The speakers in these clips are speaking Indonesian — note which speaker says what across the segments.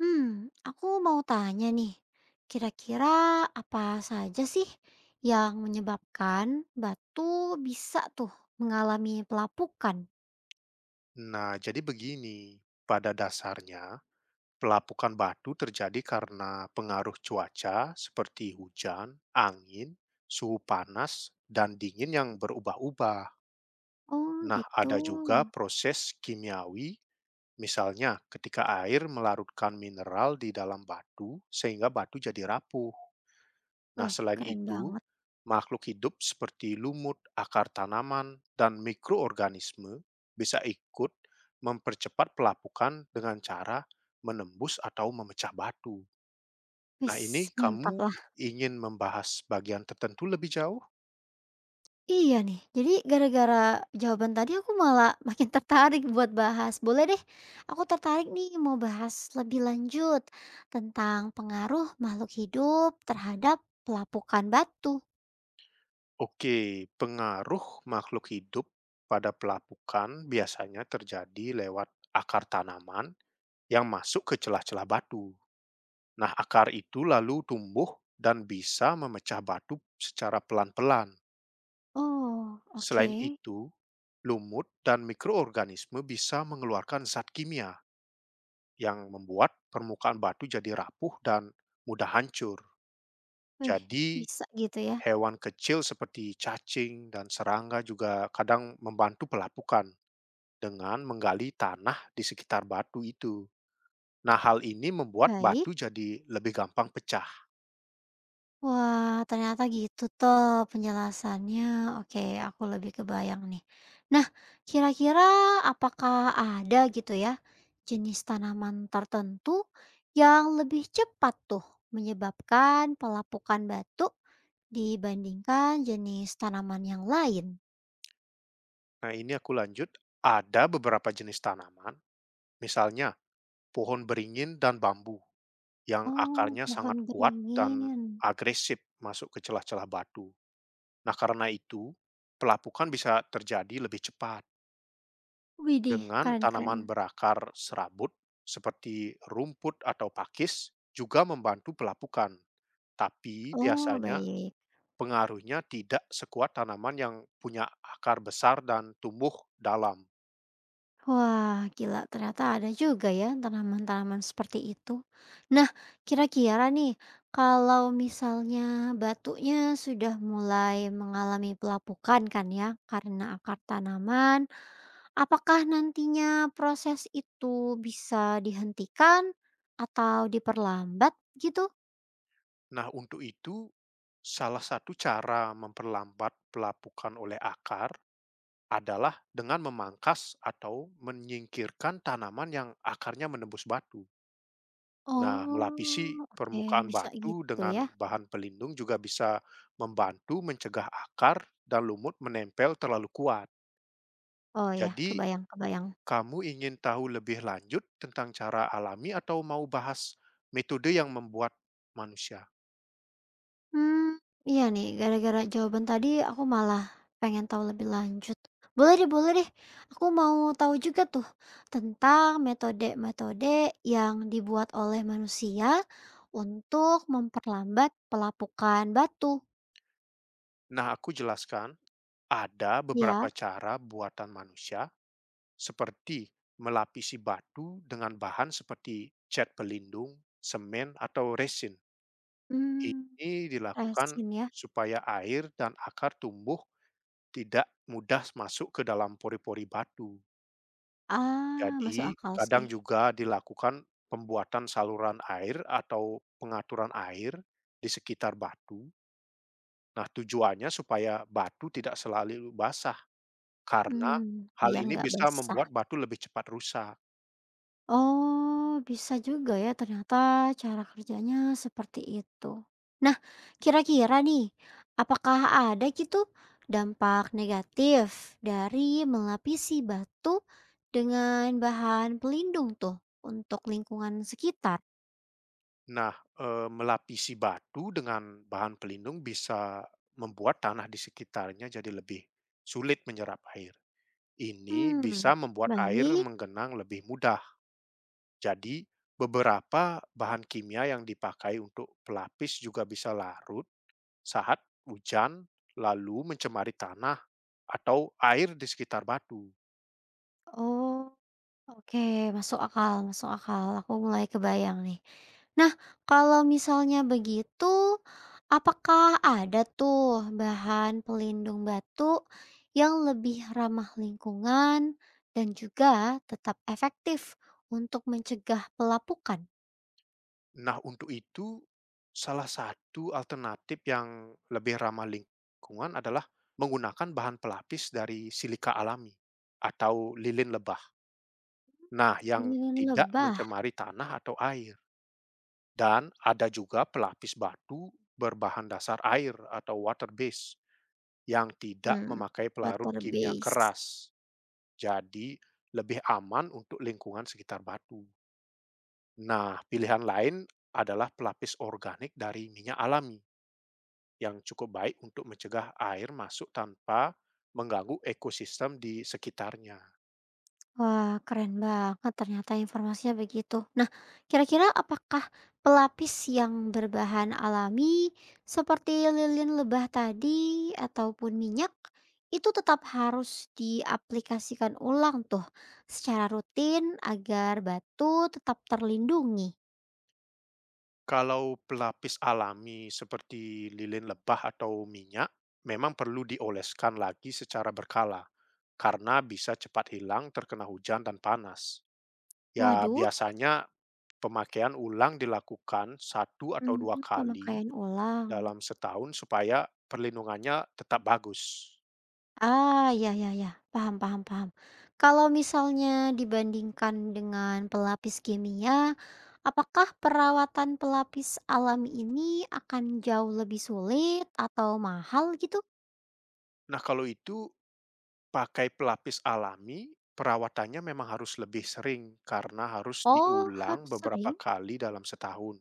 Speaker 1: Hmm, aku mau tanya nih, kira-kira apa saja sih yang menyebabkan batu bisa tuh mengalami pelapukan?
Speaker 2: Nah, jadi begini, pada dasarnya pelapukan batu terjadi karena pengaruh cuaca seperti hujan, angin, suhu panas, dan dingin yang berubah-ubah.
Speaker 1: Oh
Speaker 2: Nah,
Speaker 1: gitu,
Speaker 2: ada juga proses kimiawi, misalnya ketika air melarutkan mineral di dalam batu sehingga batu jadi rapuh. Nah,
Speaker 1: weh
Speaker 2: selain
Speaker 1: keren
Speaker 2: itu,
Speaker 1: banget,
Speaker 2: makhluk hidup seperti lumut, akar tanaman, dan mikroorganisme bisa ikut mempercepat pelapukan dengan cara menembus atau memecah batu. Nah,
Speaker 1: wis
Speaker 2: ini
Speaker 1: mantap
Speaker 2: kamu
Speaker 1: lah.
Speaker 2: ingin membahas bagian tertentu lebih jauh?
Speaker 1: Iya nih, jadi gara-gara jawaban tadi aku malah makin tertarik buat bahas. Boleh deh, aku tertarik nih mau bahas lebih lanjut tentang pengaruh makhluk hidup terhadap pelapukan batu.
Speaker 2: Oke, pengaruh makhluk hidup pada pelapukan biasanya terjadi lewat akar tanaman yang masuk ke celah-celah batu. Nah, akar itu lalu tumbuh dan bisa memecah batu secara pelan-pelan.
Speaker 1: Oh, oke.
Speaker 2: Selain itu, lumut dan mikroorganisme bisa mengeluarkan zat kimia yang membuat permukaan batu jadi rapuh dan mudah hancur.
Speaker 1: Wih,
Speaker 2: Jadi,
Speaker 1: bisa gitu ya?
Speaker 2: hewan kecil seperti cacing dan serangga juga kadang membantu pelapukan dengan menggali tanah di sekitar batu itu. Nah, hal ini membuat
Speaker 1: Baik.
Speaker 2: batu jadi lebih gampang pecah.
Speaker 1: Wah, ternyata gitu toh penjelasannya. Oke, aku lebih kebayang nih. Nah, kira-kira apakah ada gitu ya jenis tanaman tertentu yang lebih cepat tuh menyebabkan pelapukan batu dibandingkan jenis tanaman yang lain?
Speaker 2: Nah, ini aku lanjut. Ada beberapa jenis tanaman, misalnya pohon beringin dan bambu, yang
Speaker 1: Oh,
Speaker 2: akarnya sangat
Speaker 1: pohon
Speaker 2: kuat dan
Speaker 1: beringin.
Speaker 2: agresif masuk ke celah-celah batu. Nah, karena itu, pelapukan bisa terjadi lebih cepat
Speaker 1: Widih,
Speaker 2: dengan
Speaker 1: keren-keren.
Speaker 2: tanaman berakar serabut seperti rumput atau pakis juga membantu pelapukan. Tapi
Speaker 1: Oh,
Speaker 2: biasanya
Speaker 1: baik.
Speaker 2: pengaruhnya tidak sekuat tanaman yang punya akar besar dan tumbuh dalam.
Speaker 1: Wah, gila. Ternyata ada juga ya tanaman-tanaman seperti itu. Nah, kira-kira nih, kalau misalnya batunya sudah mulai mengalami pelapukan kan ya, karena akar tanaman, apakah nantinya proses itu bisa dihentikan atau diperlambat gitu?
Speaker 2: Nah, untuk itu, salah satu cara memperlambat pelapukan oleh akar adalah dengan memangkas atau menyingkirkan tanaman yang akarnya menembus batu. Nah, melapisi
Speaker 1: Oh, oke,
Speaker 2: permukaan
Speaker 1: bisa
Speaker 2: batu
Speaker 1: gitu ya.
Speaker 2: dengan bahan pelindung juga bisa membantu mencegah akar dan lumut menempel terlalu kuat.
Speaker 1: Oh ya,
Speaker 2: Jadi,
Speaker 1: kebayang-kebayang.
Speaker 2: kamu ingin tahu lebih lanjut tentang cara alami atau mau bahas metode yang membuat manusia?
Speaker 1: Hmm, iya nih, gara-gara jawaban tadi aku malah pengen tahu lebih lanjut. Boleh deh, aku mau tahu juga tuh tentang metode-metode yang dibuat oleh manusia untuk memperlambat pelapukan batu.
Speaker 2: Nah, aku jelaskan. Ada
Speaker 1: Ya,
Speaker 2: beberapa cara buatan manusia, seperti melapisi batu dengan bahan seperti cat pelindung, semen, atau resin.
Speaker 1: hmm,
Speaker 2: Ini dilakukan
Speaker 1: resin ya?
Speaker 2: supaya air dan akar tumbuh tidak mudah masuk ke dalam pori-pori batu.
Speaker 1: Ah, masuk
Speaker 2: Jadi,
Speaker 1: akal
Speaker 2: kadang
Speaker 1: sih.
Speaker 2: juga dilakukan pembuatan saluran air atau pengaturan air di sekitar batu. Nah, tujuannya supaya batu tidak selalu basah. Karena
Speaker 1: Hmm,
Speaker 2: hal
Speaker 1: biar
Speaker 2: ini
Speaker 1: nggak
Speaker 2: bisa
Speaker 1: basah.
Speaker 2: membuat batu lebih cepat rusak.
Speaker 1: Oh, bisa juga ya ternyata cara kerjanya seperti itu. Nah, kira-kira nih, apakah ada gitu dampak negatif dari melapisi batu dengan bahan pelindung tuh untuk lingkungan sekitar?
Speaker 2: Nah, melapisi batu dengan bahan pelindung bisa membuat tanah di sekitarnya jadi lebih sulit menyerap air. Ini
Speaker 1: Hmm,
Speaker 2: bisa membuat air
Speaker 1: baik.
Speaker 2: menggenang lebih mudah. Jadi, beberapa bahan kimia yang dipakai untuk pelapis juga bisa larut saat hujan, lalu mencemari tanah atau air di sekitar batu.
Speaker 1: Oh. Oke, masuk akal, aku mulai kebayang nih. Nah, kalau misalnya begitu, apakah ada tuh bahan pelindung batu yang lebih ramah lingkungan dan juga tetap efektif untuk mencegah pelapukan?
Speaker 2: Nah, untuk itu salah satu alternatif yang lebih ramah lingkungan adalah menggunakan bahan pelapis dari silika alami atau lilin lebah. Nah, yang
Speaker 1: Penelitian
Speaker 2: tidak
Speaker 1: lebah,
Speaker 2: mencemari tanah atau air. Dan ada juga pelapis batu berbahan dasar air atau water base yang tidak
Speaker 1: hmm,
Speaker 2: memakai pelarut
Speaker 1: water
Speaker 2: kimia
Speaker 1: base.
Speaker 2: keras. Jadi, lebih aman untuk lingkungan sekitar batu. Nah, pilihan lain adalah pelapis organik dari minyak alami yang cukup baik untuk mencegah air masuk tanpa mengganggu ekosistem di sekitarnya.
Speaker 1: Wah, keren banget ternyata informasinya begitu. Nah, kira-kira apakah pelapis yang berbahan alami seperti lilin lebah tadi ataupun minyak itu tetap harus diaplikasikan ulang tuh secara rutin agar batu tetap terlindungi?
Speaker 2: Kalau pelapis alami seperti lilin lebah atau minyak, memang perlu dioleskan lagi secara berkala karena bisa cepat hilang terkena hujan dan panas. Ya,
Speaker 1: Waduh,
Speaker 2: biasanya pemakaian ulang dilakukan satu atau dua
Speaker 1: hmm,
Speaker 2: kali
Speaker 1: pemakaian ulang.
Speaker 2: dalam setahun supaya perlindungannya tetap bagus.
Speaker 1: Ah, ya ya ya, paham paham paham. Kalau misalnya dibandingkan dengan pelapis kimia, apakah perawatan pelapis alami ini akan jauh lebih sulit atau mahal gitu?
Speaker 2: Nah, kalau itu pakai pelapis alami, perawatannya memang harus lebih sering karena harus
Speaker 1: Oh,
Speaker 2: diulang
Speaker 1: harus
Speaker 2: beberapa
Speaker 1: sering?
Speaker 2: kali dalam setahun.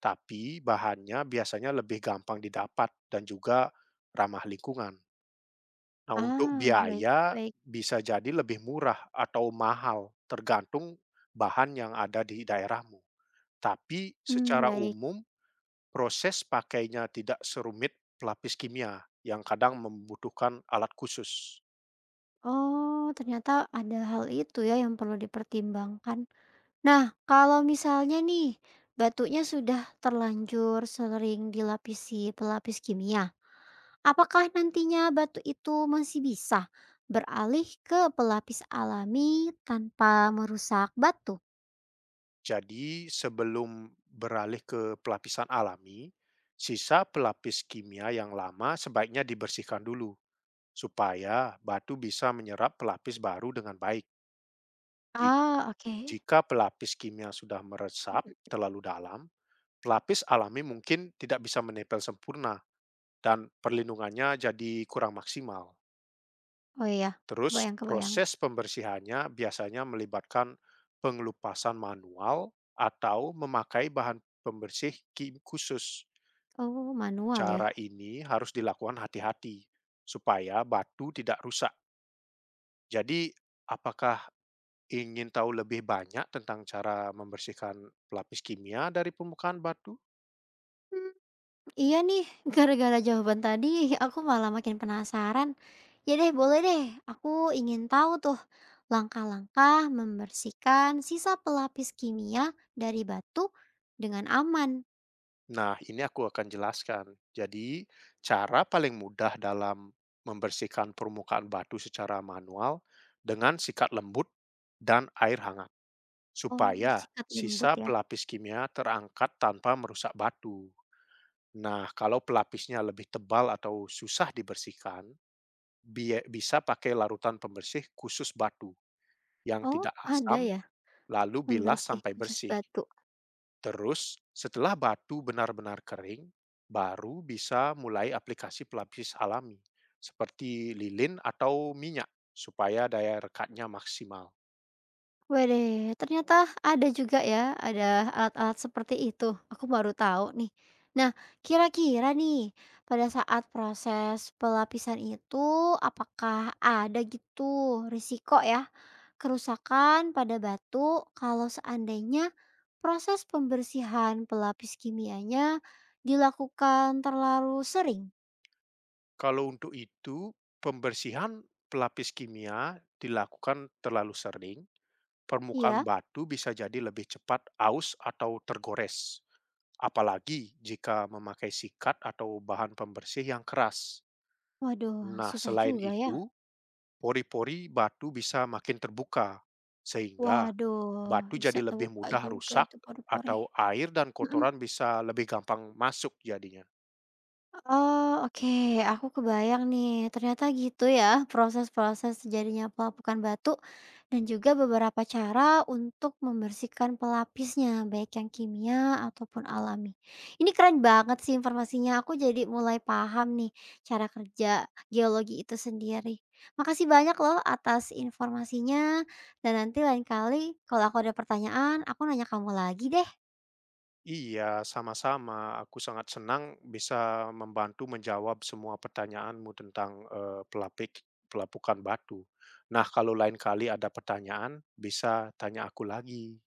Speaker 2: Tapi bahannya biasanya lebih gampang didapat dan juga ramah lingkungan. Nah, untuk
Speaker 1: Ah, baik
Speaker 2: biaya
Speaker 1: baik.
Speaker 2: bisa jadi lebih murah atau mahal tergantung bahan yang ada di daerahmu. Tapi
Speaker 1: Hmm,
Speaker 2: secara
Speaker 1: baik.
Speaker 2: umum proses pakainya tidak serumit pelapis kimia yang kadang membutuhkan alat khusus.
Speaker 1: Oh, ternyata ada hal itu ya yang perlu dipertimbangkan. Nah, kalau misalnya nih batunya sudah terlanjur sering dilapisi pelapis kimia, apakah nantinya batu itu masih bisa beralih ke pelapis alami tanpa merusak batu?
Speaker 2: Jadi sebelum beralih ke pelapisan alami, sisa pelapis kimia yang lama sebaiknya dibersihkan dulu supaya batu bisa menyerap pelapis baru dengan baik. Ji-
Speaker 1: Ah, oke.
Speaker 2: Jika pelapis kimia sudah meresap
Speaker 1: Mhm.
Speaker 2: terlalu dalam, pelapis alami mungkin tidak bisa menempel sempurna dan perlindungannya jadi kurang maksimal.
Speaker 1: Oh iya,
Speaker 2: Terus
Speaker 1: kebayang-kebayang.
Speaker 2: proses pembersihannya biasanya melibatkan pengelupasan manual atau memakai bahan pembersih khusus.
Speaker 1: Oh, manual ya?
Speaker 2: Cara ini harus dilakukan hati-hati supaya batu tidak rusak. Jadi, apakah ingin tahu lebih banyak tentang cara membersihkan pelapis kimia dari permukaan batu?
Speaker 1: Hmm, iya nih, gara-gara jawaban tadi aku malah makin penasaran. Ya deh, boleh deh. Aku ingin tahu tuh langkah-langkah membersihkan sisa pelapis kimia dari batu dengan aman.
Speaker 2: Nah, ini aku akan jelaskan. Jadi, cara paling mudah dalam membersihkan permukaan batu secara manual dengan sikat lembut dan air hangat,
Speaker 1: Oh,
Speaker 2: supaya
Speaker 1: sikat lembut
Speaker 2: sisa
Speaker 1: ya?
Speaker 2: pelapis kimia terangkat tanpa merusak batu. Nah, kalau pelapisnya lebih tebal atau susah dibersihkan, bisa pakai larutan pembersih khusus batu yang
Speaker 1: Oh,
Speaker 2: tidak
Speaker 1: ada
Speaker 2: asam,
Speaker 1: ya?
Speaker 2: lalu bilas
Speaker 1: Pembersih
Speaker 2: sampai
Speaker 1: khusus
Speaker 2: bersih.
Speaker 1: batu.
Speaker 2: Terus, setelah batu benar-benar kering, baru bisa mulai aplikasi pelapis alami seperti lilin atau minyak supaya daya rekatnya maksimal.
Speaker 1: Waduh, ternyata ada juga ya, ada alat-alat seperti itu. Aku baru tahu nih. Nah, kira-kira nih, pada saat proses pelapisan itu, apakah ada gitu risiko ya, kerusakan pada batu kalau seandainya proses pembersihan pelapis kimianya dilakukan terlalu sering?
Speaker 2: Kalau untuk itu, pembersihan pelapis kimia dilakukan terlalu sering, permukaan
Speaker 1: Iya,
Speaker 2: batu bisa jadi lebih cepat aus atau tergores. Apalagi jika memakai sikat atau bahan pembersih yang keras.
Speaker 1: waduh,
Speaker 2: Nah,
Speaker 1: susah
Speaker 2: selain
Speaker 1: juga ya.
Speaker 2: itu, pori-pori batu bisa makin terbuka, sehingga
Speaker 1: Waduh,
Speaker 2: batu
Speaker 1: bisa
Speaker 2: jadi lebih
Speaker 1: terbuka
Speaker 2: mudah
Speaker 1: juga
Speaker 2: rusak
Speaker 1: itu pori-pori.
Speaker 2: atau air dan
Speaker 1: Mhm.
Speaker 2: kotoran bisa lebih gampang masuk jadinya.
Speaker 1: Oh, oke, aku kebayang nih, ternyata gitu ya proses-proses terjadinya pelapukan batu dan juga beberapa cara untuk membersihkan pelapisnya, baik yang kimia ataupun alami. Ini keren banget sih informasinya, aku jadi mulai paham nih cara kerja geologi itu sendiri. Makasih banyak loh atas informasinya dan nanti lain kali kalau aku ada pertanyaan, aku nanya kamu lagi deh.
Speaker 2: Iya, sama-sama. Aku sangat senang bisa membantu menjawab semua pertanyaanmu tentang eh, pelapik pelapukan batu. Nah, kalau lain kali ada pertanyaan, bisa tanya aku lagi.